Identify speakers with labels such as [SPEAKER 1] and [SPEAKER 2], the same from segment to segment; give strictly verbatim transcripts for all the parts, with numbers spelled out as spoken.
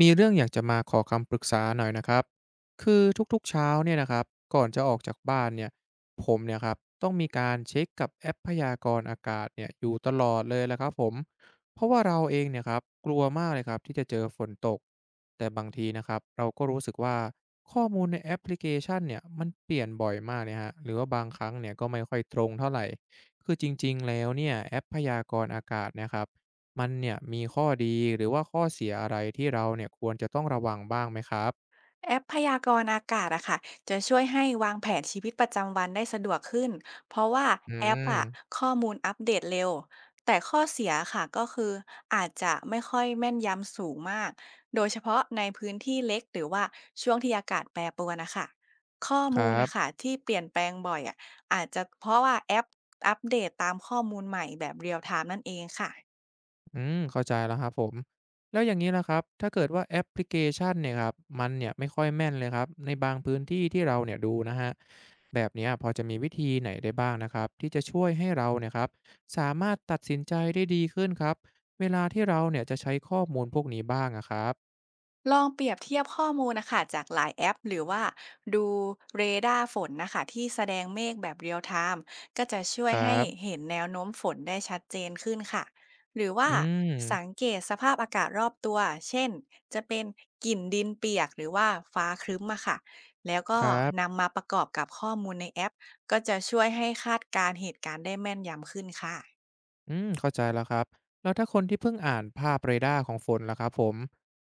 [SPEAKER 1] มีเรื่องอยากจะมาขอคำปรึกษาหน่อยนะครับคือทุกๆเช้าเนี่ยนะครับก่อนจะออกจากบ้านเนี่ยผมเนี่ยครับต้องมีการเช็คกับแอปพยากรณ์อากาศเนี่ยอยู่ตลอดเลยแหละครับผมเพราะว่าเราเองเนี่ยครับกลัวมากเลยครับที่จะเจอฝนตกแต่บางทีนะครับเราก็รู้สึกว่าข้อมูลในแอปพลิเคชันเนี่ยมันเปลี่ยนบ่อยมากเนี่ยฮะหรือว่าบางครั้งเนี่ยก็ไม่ค่อยตรงเท่าไหร่คือจริงๆแล้วเนี่ยแอปพยากรณ์อากาศนะครับ มันเนี่ยมีข้อดีหรือว่าข้อเสียอะไรที่เราเนี่ยควรจะต้องระวังบ้างไหมครับ
[SPEAKER 2] แอปพยากรณ์อากาศอะค่ะจะช่วยให้วางแผนชีวิตประจำวันได้สะดวกขึ้นเพราะว่า
[SPEAKER 1] อื
[SPEAKER 2] แอป
[SPEAKER 1] ม
[SPEAKER 2] อะข้อมูลอัปเดตเร็วแต่ข้อเสียค่ะก็คืออาจจะไม่ค่อยแม่นยำสูงมากโดยเฉพาะในพื้นที่เล็กหรือว่าช่วงที่อากาศแปรปรวนนะคะข้อ
[SPEAKER 1] ค
[SPEAKER 2] มูล
[SPEAKER 1] รั
[SPEAKER 2] นะคะ
[SPEAKER 1] บ
[SPEAKER 2] ที่เปลี่ยนแปลงบ่อยอะอาจจะเพราะว่าแอปอัปเดตตามข้อมูลใหม่แบบเรียลไทม์นั่นเองค่ะ
[SPEAKER 1] อืมเข้าใจแล้วครับผม แล้วอย่างงี้ล่ะครับ ถ้าเกิดว่าแอปพลิเคชันเนี่ยครับ มันเนี่ยไม่ค่อยแม่นเลยครับในบางพื้นที่ที่เราเนี่ยดูนะครับแบบเนี้ยพอจะมีวิธีไหนได้บ้างนะครับที่จะช่วยให้เราเนี่ยครับสามารถตัดสินใจได้ดีขึ้นครับเวลาที่เราเนี่ยจะใช้ข้อมูลพวกนี้บ้างอะครับ
[SPEAKER 2] ลองเปรียบเทียบข้อมูลนะคะจากหลายแอปหรือว่าดูเรดาร์ฝนนะคะที่แสดงเมฆแบบเรียลไทม์ก็จะช่วย
[SPEAKER 1] ครั
[SPEAKER 2] ให้
[SPEAKER 1] บ
[SPEAKER 2] เห็นแนวโน้มฝนได้ชัดเจนขึ้นค่ะหรือว่า
[SPEAKER 1] อื
[SPEAKER 2] สัง
[SPEAKER 1] ม
[SPEAKER 2] เกตสภาพอากาศรอบตัวเช่นจะเป็นกลิ่นดินเปียกหรือว่าฟ้าครึ้มอะค่ะแล้วก็
[SPEAKER 1] ครับ
[SPEAKER 2] นำมาประกอบกับข้อมูลในแอปก็จะช่วยให้คาดการณ์เหตุการณ์ได้แม่นยำขึ้นค่ะ
[SPEAKER 1] อืมเข้าใจแล้วครับแล้วถ้าคนที่เพิ่งอ่านภาพเรดาร์ของฝนล่ะครับผม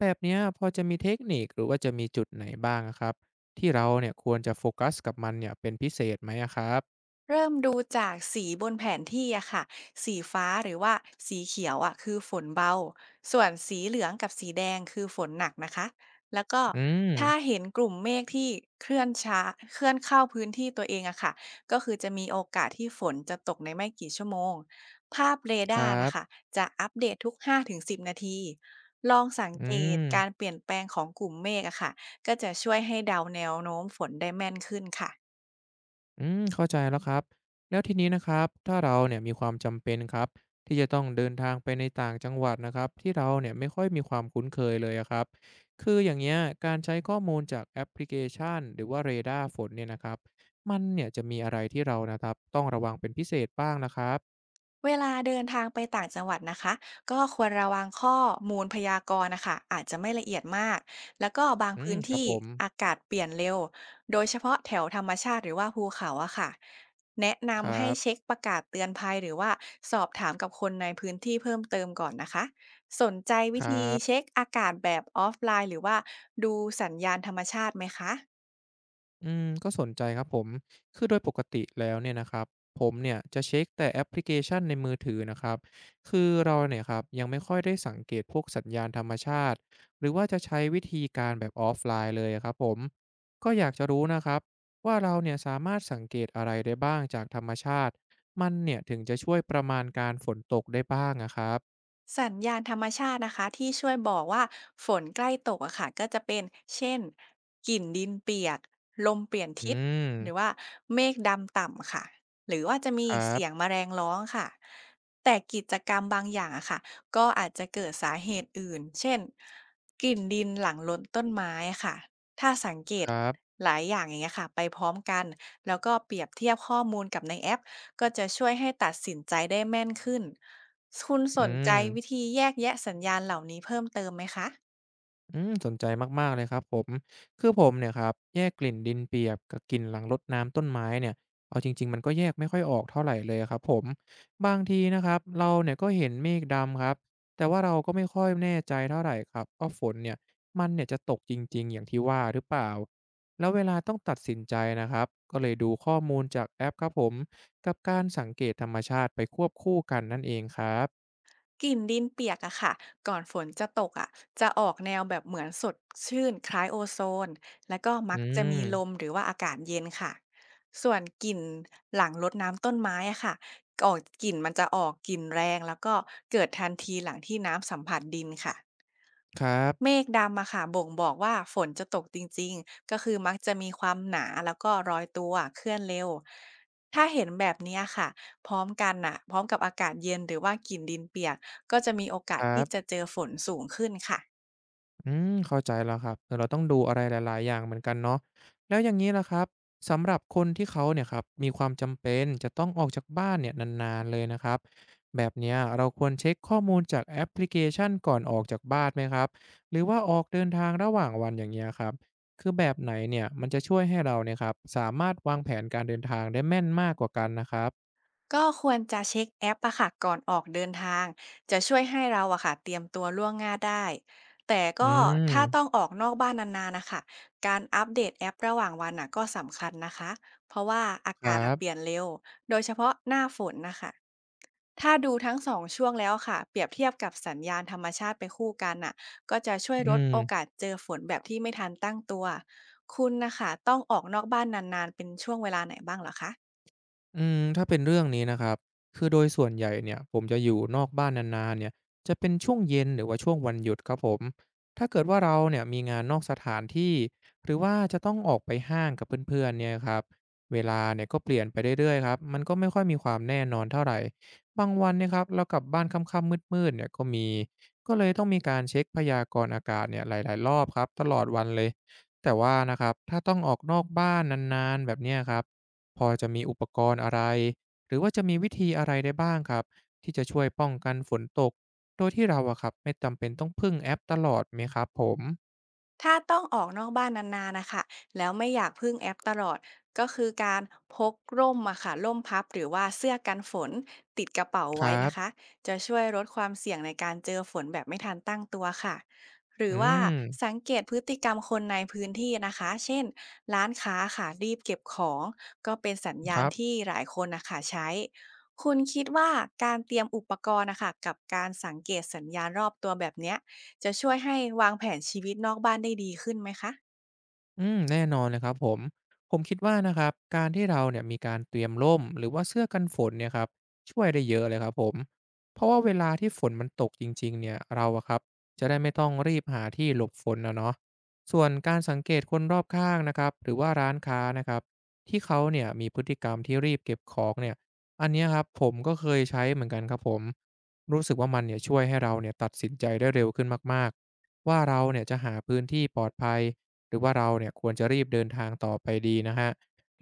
[SPEAKER 1] แบบเนี้ยพอจะมีเทคนิคหรือว่าจะมีจุดไหนบ้างอะครับที่เราเนี่ยควรจะโฟกัสกับมันเนี่ยเป็นพิเศษไหมอะครับ
[SPEAKER 2] เริ่มดูจากสีบนแผนที่อะค่ะสีฟ้าหรือว่าสีเขียวอะคือฝนเบาส่วนสีเหลืองกับสีแดงคือฝนหนักนะคะแล้วก็
[SPEAKER 1] อืม
[SPEAKER 2] ถ้าเห็นกลุ่มเมฆที่เคลื่อนช้า เคลื่อนเข้าพื้นที่ตัวเองอะค่ะก็คือจะมีโอกาสที่ฝนจะตกในไม่กี่ชั่วโมงภาพเร
[SPEAKER 1] ค
[SPEAKER 2] ดา
[SPEAKER 1] รั
[SPEAKER 2] ร์นะคะ
[SPEAKER 1] บ
[SPEAKER 2] จะอัปเดตทุกห้าถึงสิบนาที ลองสัง
[SPEAKER 1] อื
[SPEAKER 2] เกต
[SPEAKER 1] ม
[SPEAKER 2] การเปลี่ยนแปลงของกลุ่มเมฆอะค่ะก็จะช่วยให้เดาแนวโน้มฝนได้แม่นขึ้นค่ะ
[SPEAKER 1] อืมเข้าใจแล้วครับแล้วทีนี้นะครับถ้าเราเนี่ยมีความจำเป็นครับที่จะต้องเดินทางไปในต่างจังหวัดนะครับที่เราเนี่ยไม่ค่อยมีความคุ้นเคยเลยอะครับคืออย่างเงี้ยการใช้ข้อมูลจากแอปพลิเคชันหรือว่าเรดาร์ฝนเนี่ยนะครับมันเนี่ยจะมีอะไรที่เรานะครับต้องระวังเป็นพิเศษบ้างนะครับ
[SPEAKER 2] เวลาเดินทางไปต่างจังหวัดนะคะก็ควรระวังข้อมูลพยากรณ์นะคะอาจจะไม่ละเอียดมากแล้วก็บาง
[SPEAKER 1] อืม
[SPEAKER 2] พื้น
[SPEAKER 1] ครับ
[SPEAKER 2] ที่
[SPEAKER 1] ผม
[SPEAKER 2] อากาศเปลี่ยนเร็วโดยเฉพาะแถวธรรมชาติหรือว่าภูเขาอะค่ะแนะ
[SPEAKER 1] ครั
[SPEAKER 2] นำให้เช็
[SPEAKER 1] บ
[SPEAKER 2] คประกาศเตือนภัยหรือว่าสอบถามกับคนในพื้นที่เพิ่มเติมก่อนนะคะสนใจวิ
[SPEAKER 1] ครั
[SPEAKER 2] ธี
[SPEAKER 1] บ
[SPEAKER 2] เช็คอากาศแบบออฟไลน์หรือว่าดูสัญญาณธรรมชาติไหมคะ
[SPEAKER 1] อืมก็สนใจครับผมคือโดยปกติแล้วเนี่ยนะครับผมเนี่ยจะเช็คแต่แอปพลิเคชันในมือถือนะครับคือเราเนี่ยครับยังไม่ค่อยได้สังเกตพวกสัญญาณธรรมชาติหรือว่าจะใช้วิธีการแบบออฟไลน์เลยครับผมก็อยากจะรู้นะครับว่าเราเนี่ยสามารถสังเกตอะไรได้บ้างจากธรรมชาติมันเนี่ยถึงจะช่วยประมาณการฝนตกได้บ้างนะครับ
[SPEAKER 2] สัญญาณธรรมชาตินะคะที่ช่วยบอกว่าฝนใกล้ตกอะค่ะก็จะเป็นเช่นกลิ่นดินเปียกลมเปลี่ยน
[SPEAKER 1] อื
[SPEAKER 2] ทิศหรือ
[SPEAKER 1] ม
[SPEAKER 2] ว่าเมฆดำต่ำค่ะหรือว่าจะมี
[SPEAKER 1] ครั
[SPEAKER 2] เสียงแม
[SPEAKER 1] บ
[SPEAKER 2] ลงร้องค่ะแต่กิจกรรมบางอย่างอะค่ะก็อาจจะเกิดสาเหตุอื่นเช่นกลิ่นดินหลังล้นต้นไม้ค่ะถ้าสังเก
[SPEAKER 1] ค
[SPEAKER 2] ต
[SPEAKER 1] รับ
[SPEAKER 2] หลายอย่างอย่างเงี้ยค่ะไปพร้อมกันแล้วก็เปรียบเทียบข้อมูลกับในแอป ก็จะช่วยให้ตัดสินใจได้แม่นขึ้น คุณส
[SPEAKER 1] อื
[SPEAKER 2] นใจวิ
[SPEAKER 1] ม
[SPEAKER 2] ธีแยกแยะสัญญาณเหล่านี้เพิ่มเติมไหมคะ
[SPEAKER 1] อืมสนใจมากๆเลยครับผมคือผมเนี่ยครับแยกกลิ่นดินเปียกกับกลิ่นหลังรดน้ำต้นไม้เนี่ยเอาจริงๆมันก็แยกไม่ค่อยออกเท่าไรเลยอะครับผมบางทีนะครับเราเนี่ยก็เห็นเมฆดำครับแต่ว่าเราก็ไม่ค่อยแน่ใจเท่าไรครับว่าฝนเนี่ยมันเนี่ยจะตกจริงๆอย่างที่ว่าหรือเปล่าแล้วเวลาต้องตัดสินใจนะครับก็เลยดูข้อมูลจากแอปครับผมกับการสังเกตธรรมชาติไปควบคู่กันนั่นเองครับ
[SPEAKER 2] กลิ่นดินเปียกอะค่ะก่อนฝนจะตกอะจะออกแนวแบบเหมือนสดชื่นคล้ายโอโซน แล้วก็มั
[SPEAKER 1] อื
[SPEAKER 2] กจะมี
[SPEAKER 1] ม
[SPEAKER 2] ลมหรือว่าอากาศเย็นค่ะ ส่วนกลิ่นหลังรดน้ำต้นไม้อะค่ะออกกลิ่นมันจะออกกลิ่นแรงแล้วก็เกิดทันทีหลังที่น้ำสัมผัสดินค่ะ
[SPEAKER 1] ครั
[SPEAKER 2] เม
[SPEAKER 1] บ
[SPEAKER 2] ฆดำอะค่ะบ่งบอกว่าฝนจะตกจริงๆก็คือมักจะมีความหนาแล้วก็ร้อยตัวเคลื่อนเร็วถ้าเห็นแบบเนี้ยค่ะพร้อมกันน่ะพร้อมกับอากาศเย็นหรือว่ากลิ่นดินเปียกก็จะมีโอกาส
[SPEAKER 1] ครั
[SPEAKER 2] ที่จะ
[SPEAKER 1] บ
[SPEAKER 2] เจอฝนสูงขึ้นค่ะ
[SPEAKER 1] อืมเข้าใจแล้วครับเออเราต้องดูอะไรหลายๆอย่างเหมือนกันเนาะแล้วอย่างนี้ล่ะครับสำหรับคนที่เขาเนี่ยครับมีความจำเป็นจะต้องออกจากบ้านเนี่ยนานๆเลยนะครับแบบเนี้ยเราควรเช็กข้อมูลจากแอปพลิเคชันก่อนออกจากบ้านไหมครับ หรือว่าออกเดินทางระหว่างวันอย่างเงี้ยครับ คือแบบไหนเนี่ยมันจะช่วยให้เราเนี่ยครับสามารถวางแผนการเดินทางได้แม่นมากกว่ากันนะครับ
[SPEAKER 2] ก็ควรจะเช็คแอปอะค่ะก่อนออกเดินทางจะช่วยให้เราอะค่ะเตรียมตัวล่วงหน้าได้แต่
[SPEAKER 1] อื
[SPEAKER 2] ก็ถ้าต้อง
[SPEAKER 1] ม
[SPEAKER 2] ออกนอกบ้านนานๆนะคะการอัปเดตแอประหว่างวันน่ะก็สำคัญนะคะเพราะว่าอา
[SPEAKER 1] คร
[SPEAKER 2] กาศอะ
[SPEAKER 1] ั
[SPEAKER 2] เปลี่ย
[SPEAKER 1] บ
[SPEAKER 2] นเร็วโดยเฉพาะหน้าฝนนะคะถ้าดูทั้งสองช่วงแล้วค่ะเปรียบเทียบกับสัญญาณธรรมชาติไปคู่กันน่ะก็จะช่วย
[SPEAKER 1] อื
[SPEAKER 2] ลดโอกาส
[SPEAKER 1] ม
[SPEAKER 2] เจอฝนแบบที่ไม่ทันตั้งตัวคุณนะคะต้องออกนอกบ้านนานๆเป็นช่วงเวลาไหนบ้างเหรอคะ
[SPEAKER 1] อืมถ้าเป็นเรื่องนี้นะครับคือโดยส่วนใหญ่เนี่ยผมจะอยู่นอกบ้านนานๆเนี่ยจะเป็นช่วงเย็นหรือว่าช่วงวันหยุดครับผมถ้าเกิดว่าเราเนี่ยมีงานนอกสถานที่หรือว่าจะต้องออกไปห้างกับเพื่อนๆเนี่ยครับเวลาเนี่ยก็เปลี่ยนไปเรื่อยๆครับมันก็ไม่ค่อยมีความแน่นอนเท่าไหร่บางวันเนี่ยครับเรากลับบ้านค่ำๆมืดๆเนี่ยก็มีก็เลยต้องมีการเช็คพยากรณ์อากาศเนี่ยหลายๆรอบครับตลอดวันเลยแต่ว่านะครับถ้าต้องออกนอกบ้านนานๆแบบเนี้ยครับ พอจะมีอุปกรณ์อะไรหรือว่าจะมีวิธีอะไรได้บ้างครับที่จะช่วยป้องกันฝนตกโดยที่เราอะครับไม่จำเป็นต้องพึ่งแอปตลอดไหมครับผม
[SPEAKER 2] ถ้าต้องออกนอกบ้านนานๆนะคะ แล้วไม่อยากพึ่งแอปตลอด ก็คือการพกร่มอะค่ะร่มพับหรือว่าเสื้อกันฝนติดกระเป๋า
[SPEAKER 1] ค
[SPEAKER 2] ไว้
[SPEAKER 1] รั
[SPEAKER 2] นะคะ
[SPEAKER 1] บ
[SPEAKER 2] จะช่วยลดความเสี่ยงในการเจอฝนแบบไม่ทันตั้งตัวค่ะ หรือ
[SPEAKER 1] อื
[SPEAKER 2] ว่า
[SPEAKER 1] ม
[SPEAKER 2] สังเกตพฤติกรรมคนในพื้นที่นะคะ เช่นร้านค้าค่ะรีบเก็บของก็เป็นสัญญา
[SPEAKER 1] ค
[SPEAKER 2] ณ
[SPEAKER 1] รั
[SPEAKER 2] ที่
[SPEAKER 1] บ
[SPEAKER 2] หลายคนนะค่ะใช้ คุณคิดว่าการเตรียมอุปกรณ์นะคะกับการสังเกตสัญญาณรอบตัวแบบเนี้ย จะช่วยให้วางแผนชีวิตนอกบ้านได้ดีขึ้นไหมคะ
[SPEAKER 1] อืมแน่นอนเลยครับผม ผมคิดว่านะครับการที่เราเนี่ยมีการเตรียมร่มหรือว่าเสื้อกันฝนเนี่ยครับช่วยได้เยอะเลยครับผมเพราะว่าเวลาที่ฝนมันตกจริงๆเนี่ยเราอะครับจะได้ไม่ต้องรีบหาที่หลบฝนนะเนาะส่วนการสังเกตคนรอบข้างนะครับหรือว่าร้านค้านะครับที่เขาเนี่ยมีพฤติกรรมที่รีบเก็บของเนี่ยอันเนี้ยครับผมก็เคยใช้เหมือนกันครับผมรู้สึกว่ามันเนี่ยช่วยให้เราเนี่ยตัดสินใจได้เร็วขึ้นมากๆว่าเราเนี่ยจะหาพื้นที่ปลอดภัย หรือว่าเราเนี่ยควรจะรีบเดินทางต่อไปดีนะฮะ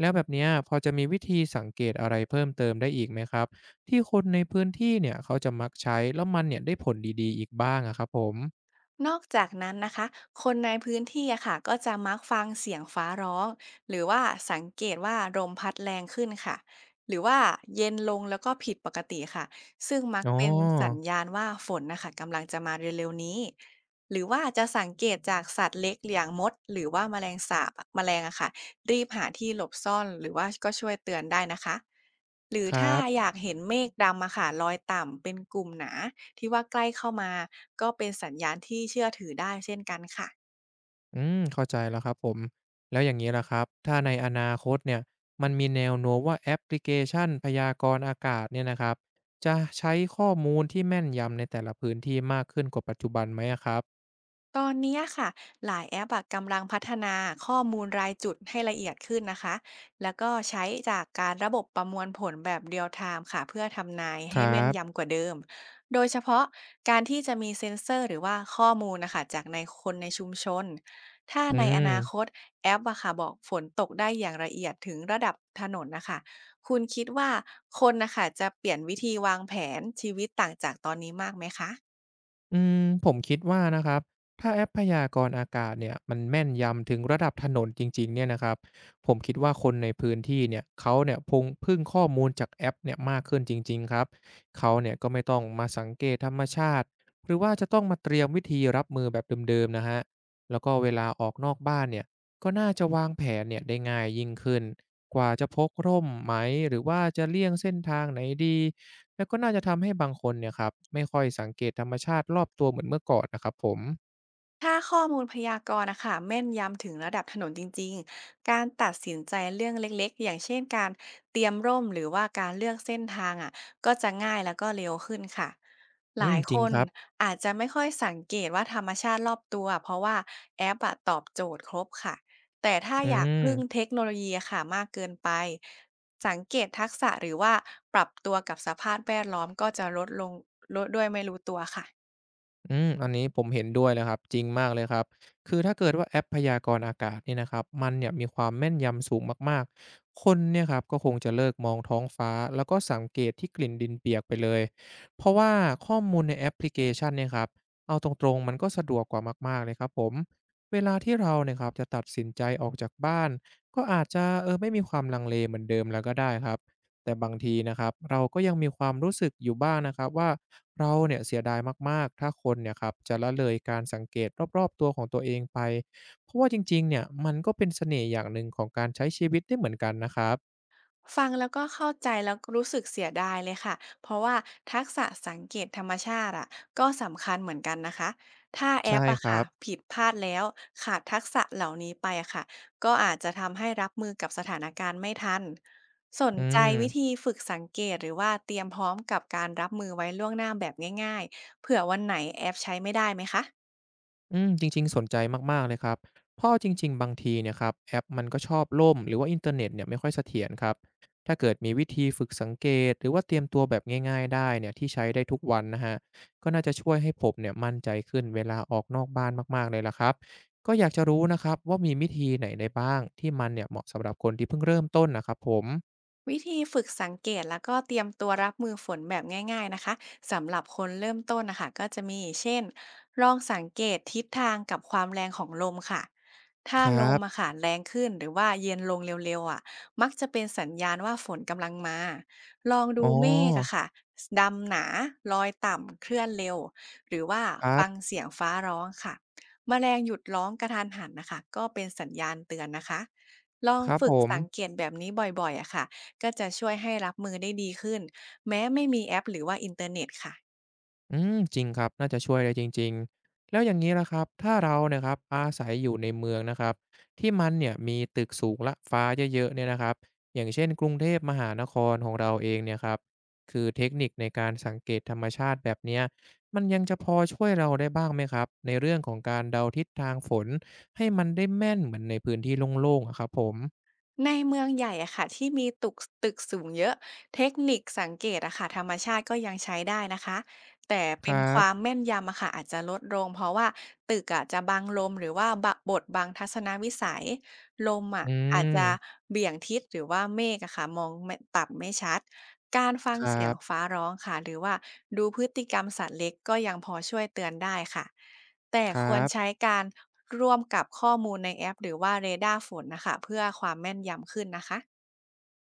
[SPEAKER 1] แล้วแบบเนี้ยพอจะมีวิธีสังเกตอะไรเพิ่มเติมได้อีกไหมครับที่คนในพื้นที่เนี่ยเขาจะมักใช้แล้วมันเนี่ยได้ผลดีๆอีกบ้างอะครับผม
[SPEAKER 2] นอกจากนั้นนะคะคนในพื้นที่อะค่ะก็จะมักฟังเสียงฟ้าร้องหรือว่าสังเกตว่าลมพัดแรงขึ้นค่ะหรือว่าเย็นลงแล้วก็ผิดปกติค่ะซึ่งมัก
[SPEAKER 1] อ๋
[SPEAKER 2] เป็นสัญ
[SPEAKER 1] อ
[SPEAKER 2] ญาณว่าฝนนะคะกำลังจะมาเร็วๆนี้หรือว่าจะสังเกตจากสัตว์เล็กอย่างมดหรือว่าแมลงสาบแมลงอะค่ะ รีบหาที่หลบซ่อนหรือว่าก็ช่วยเตือนได้นะคะหรือ
[SPEAKER 1] ครั
[SPEAKER 2] ถ้าอ
[SPEAKER 1] บ
[SPEAKER 2] ยากเห็นเมฆดำอะค่ะลอยต่ำเป็นกลุ่มหนาที่ว่าใกล้เข้ามาก็เป็นสัญญาณที่เชื่อถือได้เช่นกันค่ะ
[SPEAKER 1] อืมเข้าใจแล้วครับผมแล้วอย่างนี้ล่ะครับถ้าในอนาคตเนี่ยมันมีแนวโน้มว่าแอปพลิเคชันพยากรณ์อากาศเนี่ยนะครับจะใช้ข้อมูลที่แม่นยำในแต่ละพื้นที่มากขึ้นกว่าปัจจุบันไหมอะครับ
[SPEAKER 2] ตอนเนี้ยค่ะหลายแอปอะกำลังพัฒนาข้อมูลรายจุดให้ละเอียดขึ้นนะคะแล้วก็ใช้จากการระบบประมวลผลแบบเรียลไทม์ค่ะเพื่อทำนาย
[SPEAKER 1] ค
[SPEAKER 2] ให้
[SPEAKER 1] รั
[SPEAKER 2] แม่น
[SPEAKER 1] บ
[SPEAKER 2] ยำกว่าเดิมโดยเฉพาะการที่จะมีเซ็นเซอร์หรือว่าข้อมูลนะคะจากในคนในชุมชนถ้า
[SPEAKER 1] อื
[SPEAKER 2] ในอนาค
[SPEAKER 1] ม
[SPEAKER 2] ตแอปอะค่ะบอกฝนตกได้อย่างละเอียดถึงระดับถนนนะคะคุณคิดว่าคนนะคะจะเปลี่ยนวิธีวางแผนชีวิตต่างจากตอนนี้มากไหมคะ
[SPEAKER 1] อืมผมคิดว่านะครับถ้าแอปพยากรณ์อากาศเนี่ยมันแม่นยำถึงระดับถนนจริงๆเนี่ยนะครับผมคิดว่าคนในพื้นที่เนี่ยเขาเนี่ยพงพึ่งข้อมูลจากแอปเนี่ยมากขึ้นจริงๆครับเขาเนี่ยก็ไม่ต้องมาสังเกตธรรมชาติหรือว่าจะต้องมาเตรียมวิธีรับมือแบบเดิมๆนะฮะแล้วก็เวลาออกนอกบ้านเนี่ยก็น่าจะวางแผนเนี่ยได้ง่ายยิ่งขึ้นกว่าจะพกร่มไหมหรือว่าจะเลี่ยงเส้นทางไหนดี แล้วก็น่าจะทำให้บางคนเนี่ยครับไม่ค่อยสังเกตธรรมชาติรอบตัวเหมือนเมื่อก่อนนะครับผม
[SPEAKER 2] ถ้าข้อมูลพยากรณ์นะคะแม่นยำถึงระดับถนนจริงๆการตัดสินใจเรื่องเล็กๆอย่างเช่นการเตรียมร่มหรือว่าการเลือกเส้นทางอ่ะก็จะง่ายแล้วก็เร็วขึ้นค่ะห
[SPEAKER 1] อื
[SPEAKER 2] ลา
[SPEAKER 1] ม
[SPEAKER 2] ย
[SPEAKER 1] จ
[SPEAKER 2] ค
[SPEAKER 1] ริง
[SPEAKER 2] น
[SPEAKER 1] ครับ
[SPEAKER 2] อาจจะไม่ค่อยสังเกตว่าธรรมชาติรอบตัวเพราะว่าแอปอะตอบโจทย์ครบค่ะแต่ถ้า
[SPEAKER 1] อื
[SPEAKER 2] อยากพึ่งเท
[SPEAKER 1] ม
[SPEAKER 2] คโนโลยีอะค่ะมากเกินไปสังเกตทักษะหรือว่าปรับตัวกับสภาพแวดล้อมก็จะลดลงลดด้วยไม่รู้ตัวค่ะ
[SPEAKER 1] อืมอันนี้ผมเห็นด้วยเลยครับจริงมากเลยครับคือถ้าเกิดว่าแอปพยากรณ์อากาศเนี่ยนะครับมันเนี่ยมีความแม่นยำสูงมากๆคนเนี่ยครับก็คงจะเลิกมองท้องฟ้าแล้วก็สังเกตที่กลิ่นดินเปียกไปเลยเพราะว่าข้อมูลในแอปพลิเคชันเนี่ยครับเอาตรงๆมันก็สะดวกกว่ามากๆเลยครับผมเวลาที่เราเนี่ยครับจะตัดสินใจออกจากบ้านก็อาจจะเออไม่มีความลังเลเหมือนเดิมแล้วก็ได้ครับแต่บางทีนะครับเราก็ยังมีความรู้สึกอยู่บ้างนะครับว่า เราเนี่ยเสียดายมากๆถ้าคนเนี่ยครับจะละเลยการสังเกตรอบๆตัวของตัวเองไปเพราะว่าจริงๆเนี่ยมันก็เป็นเสน่ห์อย่างหนึ่งของการใช้ชีวิตได้เหมือนกันนะครับ
[SPEAKER 2] ฟังแล้วก็เข้าใจแล้วก็รู้สึกเสียดายเลยค่ะ เพราะว่าทักษะสังเกตธรรมชาติอะก็สำคัญเหมือนกันนะคะ ถ้าแอป
[SPEAKER 1] ใช่
[SPEAKER 2] อะ
[SPEAKER 1] ครั
[SPEAKER 2] ค่ะ
[SPEAKER 1] บ
[SPEAKER 2] ผิดพลาดแล้วขาดทักษะเหล่านี้ไปอะค่ะก็อาจจะทำให้รับมือกับสถานการณ์ไม่ทัน สน
[SPEAKER 1] อื
[SPEAKER 2] ใจ
[SPEAKER 1] ม
[SPEAKER 2] วิธีฝึกสังเกตหรือว่าเตรียมพร้อมกับการรับมือไว้ล่วงหน้าแบบง่ายๆเผื่อวันไหนแอปใช้ไม่ได้ไหมคะ
[SPEAKER 1] อืมจริงๆสนใจมากๆเลยครับเพราะเอาจริงๆบางทีเนี่ยครับแอปมันก็ชอบล่มหรือว่าอินเทอร์เน็ตเนี่ยไม่ค่อยเสถียรครับถ้าเกิดมีวิธีฝึกสังเกตหรือว่าเตรียมตัวแบบง่ายๆได้เนี่ยที่ใช้ได้ทุกวันนะครับก็น่าจะช่วยให้ผมเนี่ยมั่นใจขึ้นเวลาออกนอกบ้านมากๆเลยล่ะครับก็อยากจะรู้นะครับว่ามีวิธีไหนได้บ้างที่มันเนี่ยเหมาะสำหรับคนที่เพิ่งเริ่มต้นน่ะครับผม
[SPEAKER 2] วิธีฝึกสังเกตแล้วก็เตรียมตัวรับมือฝนแบบง่ายๆนะคะสำหรับคนเริ่มต้นนะคะก็จะมีเช่นลองสังเกตทิศทางกับความแรงของลมค่ะถ้า
[SPEAKER 1] ค
[SPEAKER 2] ล
[SPEAKER 1] รั
[SPEAKER 2] มอะ
[SPEAKER 1] บ
[SPEAKER 2] ค่ะแรงขึ้นหรือว่าเย็นลงเร็วๆอะมักจะเป็นสัญญาณว่าฝนกำลังมาลอง
[SPEAKER 1] อ๋
[SPEAKER 2] ดู
[SPEAKER 1] อ
[SPEAKER 2] เมฆอะค่ะดำหนาลอยต่ำเคลื่อนเร็วหรือว่า
[SPEAKER 1] ครั
[SPEAKER 2] ฟัง
[SPEAKER 1] บ
[SPEAKER 2] เสียงฟ้าร้องค่ะแมลงหยุดร้องกระทันหันนะคะก็เป็นสัญญาณเตือนนะคะลอง
[SPEAKER 1] ครับ
[SPEAKER 2] ฝึ
[SPEAKER 1] ผ
[SPEAKER 2] ก
[SPEAKER 1] ม
[SPEAKER 2] สังเกตแบบนี้บ่อยๆอะค่ะ ก็จะช่วยให้รับมือได้ดีขึ้นแม้ไม่มีแอปหรือว่าอินเทอร์เน็ตค่ะ
[SPEAKER 1] อืมจริงครับน่าจะช่วยได้จริงๆแล้วอย่างนี้ล่ะครับถ้าเราเนี่ยครับอาศัยอยู่ในเมืองนะครับที่มันเนี่ยมีตึกสูงและฟ้าเยอะๆเนี่ยนะครับอย่างเช่นกรุงเทพมหานครของเราเองเนี่ยครับคือเทคนิคในการสังเกตธรรมชาติแบบเนี้ยมันยังจะพอช่วยเราได้บ้างไหมครับในเรื่องของการเดาทิศทางฝนให้มันได้แม่นเหมือนในพื้นที่โล่งๆอะครับผม
[SPEAKER 2] ในเมืองใหญ่อะค่ะที่มีตึกตึกสูงเยอะเทคนิคสังเกตอะค่ะธรรมชาติก็ยังใช้ได้นะคะแต่
[SPEAKER 1] ค
[SPEAKER 2] เป็น
[SPEAKER 1] รั
[SPEAKER 2] ความ
[SPEAKER 1] บ
[SPEAKER 2] แม่นยำอะค่ะอาจจะลดลงเพราะว่าตึกอะจะบังลมหรือว่าบะบดบังทัศนวิสัยลมอะ
[SPEAKER 1] อื
[SPEAKER 2] อาจ
[SPEAKER 1] ม
[SPEAKER 2] จะเบี่ยงทิศหรือว่าเมฆอะค่ะมองไม่ตับไม่ชัดการฟัง
[SPEAKER 1] ครั
[SPEAKER 2] เสียง
[SPEAKER 1] บ
[SPEAKER 2] ฟ้าร้องค่ะหรือว่าดูพฤติกรรมสัตว์เล็กก็ยังพอช่วยเตือนได้ค่ะ แต่
[SPEAKER 1] ค
[SPEAKER 2] ค
[SPEAKER 1] รั
[SPEAKER 2] วรใช้
[SPEAKER 1] บ
[SPEAKER 2] การร่วมกับข้อมูลในแอปหรือว่าเรดาร์ฝนนะคะเพื่อความแม่นยำขึ้นนะคะ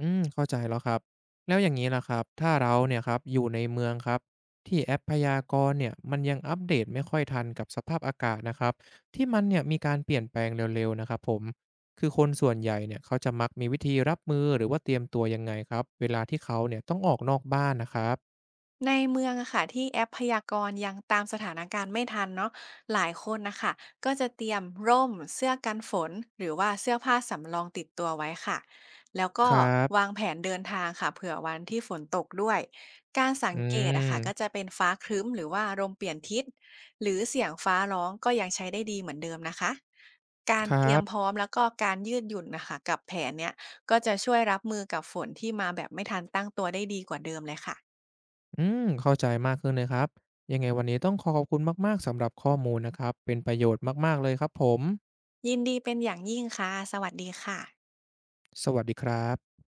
[SPEAKER 1] อืมเข้าใจแล้วครับแล้วอย่างนี้ล่ะครับถ้าเราเนี่ยครับอยู่ในเมืองครับที่แอปพยากรณ์เนี่ยมันยังอัปเดตไม่ค่อยทันกับสภาพอากาศนะครับที่มันเนี่ยมีการเปลี่ยนแปลงเร็วๆนะครับผมคือคนส่วนใหญ่เนี่ยเขาจะมักมีวิธีรับมือหรือว่าเตรียมตัวยังไงครับเวลาที่เขาเนี่ยต้องออกนอกบ้านนะครับ
[SPEAKER 2] ในเมืองอะค่ะที่แอปพยากรณ์ยังตามสถานการณ์ไม่ทันเนาะหลายคนนะคะก็จะเตรียมร่มเสื้อกันฝนหรือว่าเสื้อผ้าสำรองติดตัวไว้ค่ะแล้วก็
[SPEAKER 1] ครั
[SPEAKER 2] วาง
[SPEAKER 1] บ
[SPEAKER 2] แผนเดินทางค่ะเผื่อวันที่ฝนตกด้วยการสัง
[SPEAKER 1] อื
[SPEAKER 2] เกตอะค่ะก็
[SPEAKER 1] ม
[SPEAKER 2] จะเป็นฟ้าครึ้มหรือว่าลมเปลี่ยนทิศหรือเสียงฟ้าร้องก็ยังใช้ได้ดีเหมือนเดิมนะคะการ
[SPEAKER 1] ครั
[SPEAKER 2] เตรียมพร้อ
[SPEAKER 1] บ
[SPEAKER 2] มแล้วก็การยืดหยุ่นนะคะกับแผนเนี้ยก็จะช่วยรับมือกับฝนที่มาแบบไม่ทันตั้งตัวได้ดีกว่าเดิมเลยค่ะ
[SPEAKER 1] อืมเข้าใจมากขึ้นเลยครับยังไงวันนี้ต้องขอขอบคุณมากๆสำหรับข้อมูลนะครับเป็นประโยชน์มากๆเลยครับผม
[SPEAKER 2] ยินดีเป็นอย่างยิ่งค่ะ สวัสดีค่ะ
[SPEAKER 1] สวัสดีครับ